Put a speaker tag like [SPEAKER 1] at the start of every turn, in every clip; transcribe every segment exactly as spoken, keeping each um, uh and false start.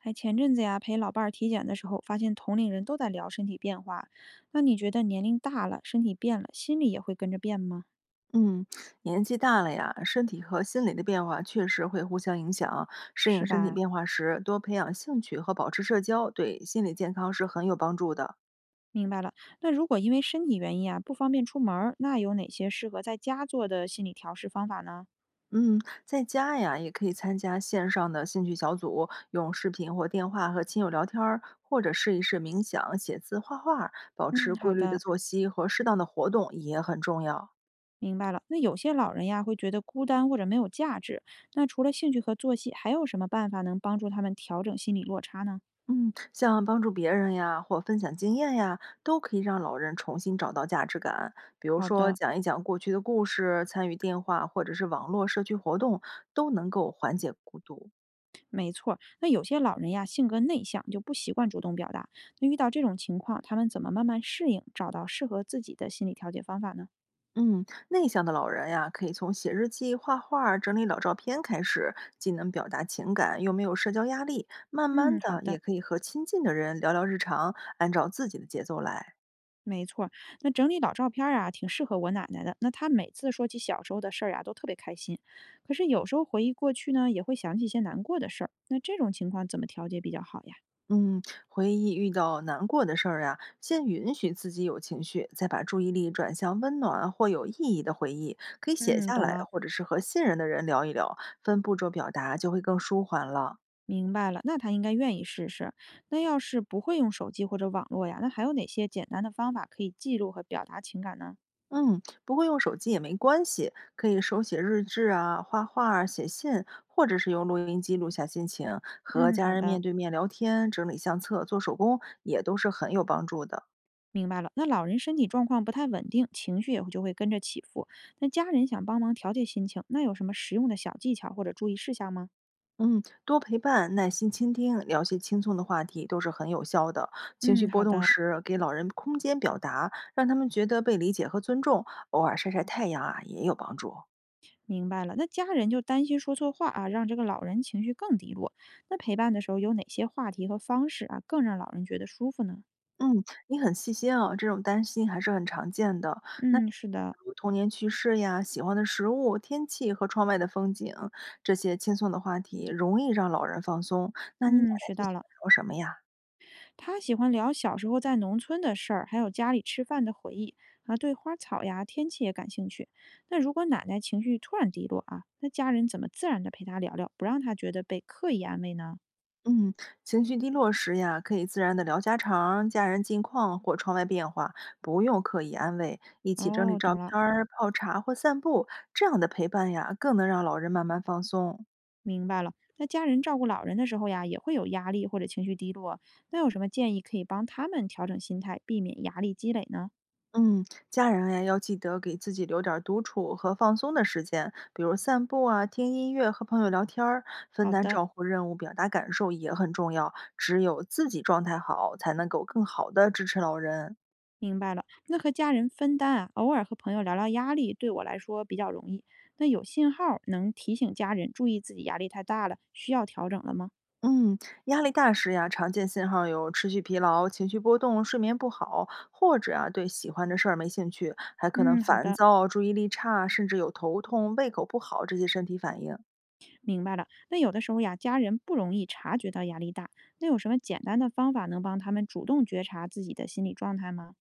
[SPEAKER 1] 哎，前阵子呀，陪老伴儿体检的时候，发现同龄人都在聊身体变化。那你觉得年龄大了，身体变了，心里也会跟着变吗？
[SPEAKER 2] 嗯，年纪大了呀，身体和心理的变化确实会互相影响。适应
[SPEAKER 1] 是
[SPEAKER 2] 身体
[SPEAKER 1] 吧？
[SPEAKER 2] 变化时，多培养兴趣和保持社交，对心理健康是很有帮助的。
[SPEAKER 1] 明白了。那如果因为身体原因啊，不方便出门儿，那有哪些适合在家做的心理调试方法呢？
[SPEAKER 2] 嗯，在家呀，也可以参加线上的兴趣小组，用视频或电话和亲友聊天儿，或者试一试冥想、写字、画画儿保持
[SPEAKER 1] 嗯，好
[SPEAKER 2] 规律的
[SPEAKER 1] 的，
[SPEAKER 2] 作息和适当的活动也很重要。
[SPEAKER 1] 明白了。那有些老人呀，会觉得孤单或者没有价值。那除了兴趣和作息，还有什么办法能帮助他们调整心理落差呢？
[SPEAKER 2] 嗯，像帮助别人呀，或分享经验呀，都可以让老人重新找到价值感。比如
[SPEAKER 1] 好
[SPEAKER 2] 说，
[SPEAKER 1] 的。
[SPEAKER 2] 讲一讲过去的故事，参与电话或者是网络社区活动，都能够缓解孤独。
[SPEAKER 1] 没错儿那有些老人呀，性格内向，就不习惯主动表达。那遇到这种情况，他们怎么慢慢适应，找到适合自己的心理调节方法呢？
[SPEAKER 2] 嗯，内向的老人呀，可以从写日记、画画、整理老照片开始，既能表达情感，又没有社交压力。慢慢
[SPEAKER 1] 嗯，好
[SPEAKER 2] 的，也
[SPEAKER 1] 的，
[SPEAKER 2] 可以和亲近的人聊聊日常，按照自己的节奏来。
[SPEAKER 1] 没错儿那整理老照片儿啊，挺适合我奶奶的。那她每次说起小时候的事儿啊，都特别开心。可是有时候回忆过去呢，也会想起一些难过的事儿。那这种情况怎么调节比较好呀？
[SPEAKER 2] 嗯，回忆遇到难过的事儿呀，先允许自己有情绪，再把注意力转向温暖或有意义的回忆，可以写
[SPEAKER 1] 嗯，
[SPEAKER 2] 下
[SPEAKER 1] 懂
[SPEAKER 2] 来，
[SPEAKER 1] 了，
[SPEAKER 2] 或者是和信任的人聊一聊，分步骤表达就会更舒缓了。
[SPEAKER 1] 明白了。那她应该愿意试试。那要是不会用手机或者网络呀，那还有哪些简单的方法可以记录和表达情感呢？
[SPEAKER 2] 嗯，不过用手机也没关系，可以手写日志啊、画画儿、写信，或者是用录音机录下心情，和
[SPEAKER 1] 嗯，
[SPEAKER 2] 家
[SPEAKER 1] 好
[SPEAKER 2] 人面
[SPEAKER 1] 的，
[SPEAKER 2] 对面聊天、整理相册、做手工，也都是很有帮助的。
[SPEAKER 1] 明白了。那老人身体状况不太稳定，情绪也会就会跟着起伏。那家人想帮忙调节心情，那有什么实用的小技巧或者注意事项吗？
[SPEAKER 2] 嗯，多陪伴、耐心倾听，聊些轻松的话题都是很有效的。情绪
[SPEAKER 1] 嗯，
[SPEAKER 2] 波
[SPEAKER 1] 好
[SPEAKER 2] 动
[SPEAKER 1] 的，
[SPEAKER 2] 时，给老人空间表达，让他们觉得被理解和尊重。偶尔晒晒太阳啊，也有帮助。
[SPEAKER 1] 明白了。那家人就担心说错话啊，让这个老人情绪更低落。那陪伴的时候有哪些话题和方式啊，更让老人觉得舒服呢？
[SPEAKER 2] 嗯，你很细心啊，这种担心还是很常见的。那
[SPEAKER 1] 嗯，是的，
[SPEAKER 2] 童年趣事呀、喜欢的食物、天气和窗外的风景，这些轻松的话题容易让老人放松。那你奶
[SPEAKER 1] 嗯，
[SPEAKER 2] 奶
[SPEAKER 1] 学
[SPEAKER 2] 最喜
[SPEAKER 1] 到了。
[SPEAKER 2] 欢聊什么呀？
[SPEAKER 1] 他喜欢聊小时候在农村的事儿，还有家里吃饭的回忆啊，对花草呀、天气也感兴趣。那如果奶奶情绪突然低落啊，那家人怎么自然的陪他聊聊，不让他觉得被刻意安慰呢？
[SPEAKER 2] 嗯，情绪低落时呀，可以自然的聊家常、家人近况或窗外变化，不用刻意安慰，一起整理
[SPEAKER 1] 哦，
[SPEAKER 2] 照
[SPEAKER 1] 懂了，
[SPEAKER 2] 片儿、泡茶或散步，这样的陪伴呀，更能让老人慢慢放松。
[SPEAKER 1] 明白了。那家人照顾老人的时候呀，也会有压力或者情绪低落，那有什么建议可以帮他们调整心态，避免压力积累呢？
[SPEAKER 2] 嗯，家人呀，要记得给自己留点儿独处和放松的时间，比如散步啊、听音乐、和朋友聊天儿，分
[SPEAKER 1] 好
[SPEAKER 2] 担
[SPEAKER 1] 的。
[SPEAKER 2] 照顾任务、表达感受也很重要。只有自己状态好，才能够更好的支持老人。
[SPEAKER 1] 明白了，那和家人分担啊，偶尔和朋友聊聊压力，对我来说比较容易。那有信号儿能提醒家人注意自己压力太大了，需要调整了吗？
[SPEAKER 2] 嗯，压力大时呀，常见信号有持续疲劳、情绪波动、睡眠不好，或者啊对喜欢的事儿没兴趣，还可能
[SPEAKER 1] 嗯，好
[SPEAKER 2] 烦
[SPEAKER 1] 的，
[SPEAKER 2] 躁、注意力差，甚至有头痛、胃口不好这些身体反应。
[SPEAKER 1] 明白了。那有的时候呀，家人不容易察觉到压力大，那有什么简单的方法能帮他们主动觉察自己的心理状态吗？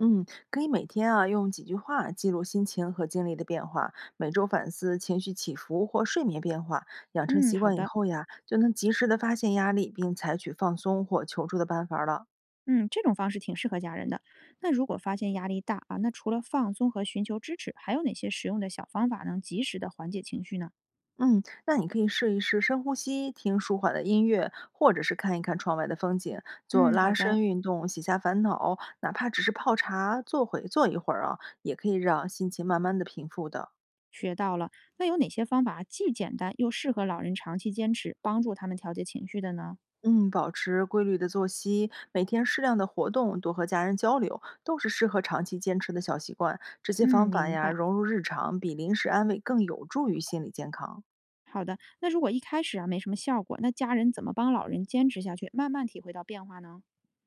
[SPEAKER 2] 嗯，可以每天啊用几句话记录心情和精力的变化，每周反思情绪起伏或睡眠变化，养成
[SPEAKER 1] 嗯，
[SPEAKER 2] 习
[SPEAKER 1] 好
[SPEAKER 2] 惯以
[SPEAKER 1] 的，
[SPEAKER 2] 后呀，就能及时的发现压力，并采取放松或求助的办法了。
[SPEAKER 1] 嗯，这种方式挺适合家人的。那如果发现压力大啊，那除了放松和寻求支持，还有哪些实用的小方法能及时的缓解情绪呢？
[SPEAKER 2] 嗯，那你可以试一试深呼吸，听舒缓的音乐，或者是看一看窗外的风景，做
[SPEAKER 1] 嗯，好
[SPEAKER 2] 拉
[SPEAKER 1] 的。
[SPEAKER 2] 伸运动，洗下烦恼，哪怕只是泡茶，坐会坐一会儿啊，也可以让心情慢慢的平复的。
[SPEAKER 1] 学到了。那有哪些方法既简单又适合老人长期坚持，帮助他们调节情绪的呢？
[SPEAKER 2] 嗯，保持规律的作息，每天适量的活动，多和家人交流，都是适合长期坚持的小习惯。这些
[SPEAKER 1] 嗯，
[SPEAKER 2] 方法
[SPEAKER 1] 明
[SPEAKER 2] 呀，
[SPEAKER 1] 白。
[SPEAKER 2] 融入日常，比临时安慰更有助于心理健康。
[SPEAKER 1] 好的，那如果一开始啊没什么效果，那家人怎么帮老人坚持下去，慢慢体会到变化呢？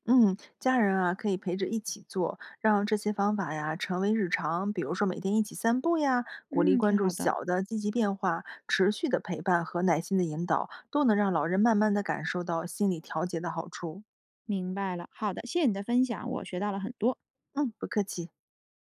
[SPEAKER 2] 嗯，家人啊可以陪着一起做，让这些方法呀成为日常。比如说每天一起散步呀，鼓励
[SPEAKER 1] 嗯，
[SPEAKER 2] 关
[SPEAKER 1] 挺
[SPEAKER 2] 注
[SPEAKER 1] 好的，
[SPEAKER 2] 小的积极变化，持续的陪伴和耐心的引导，都能让老人慢慢的感受到心理调节的好处。
[SPEAKER 1] 明白了。好的，谢谢你的分享，我学到了很多。
[SPEAKER 2] 嗯，不客气。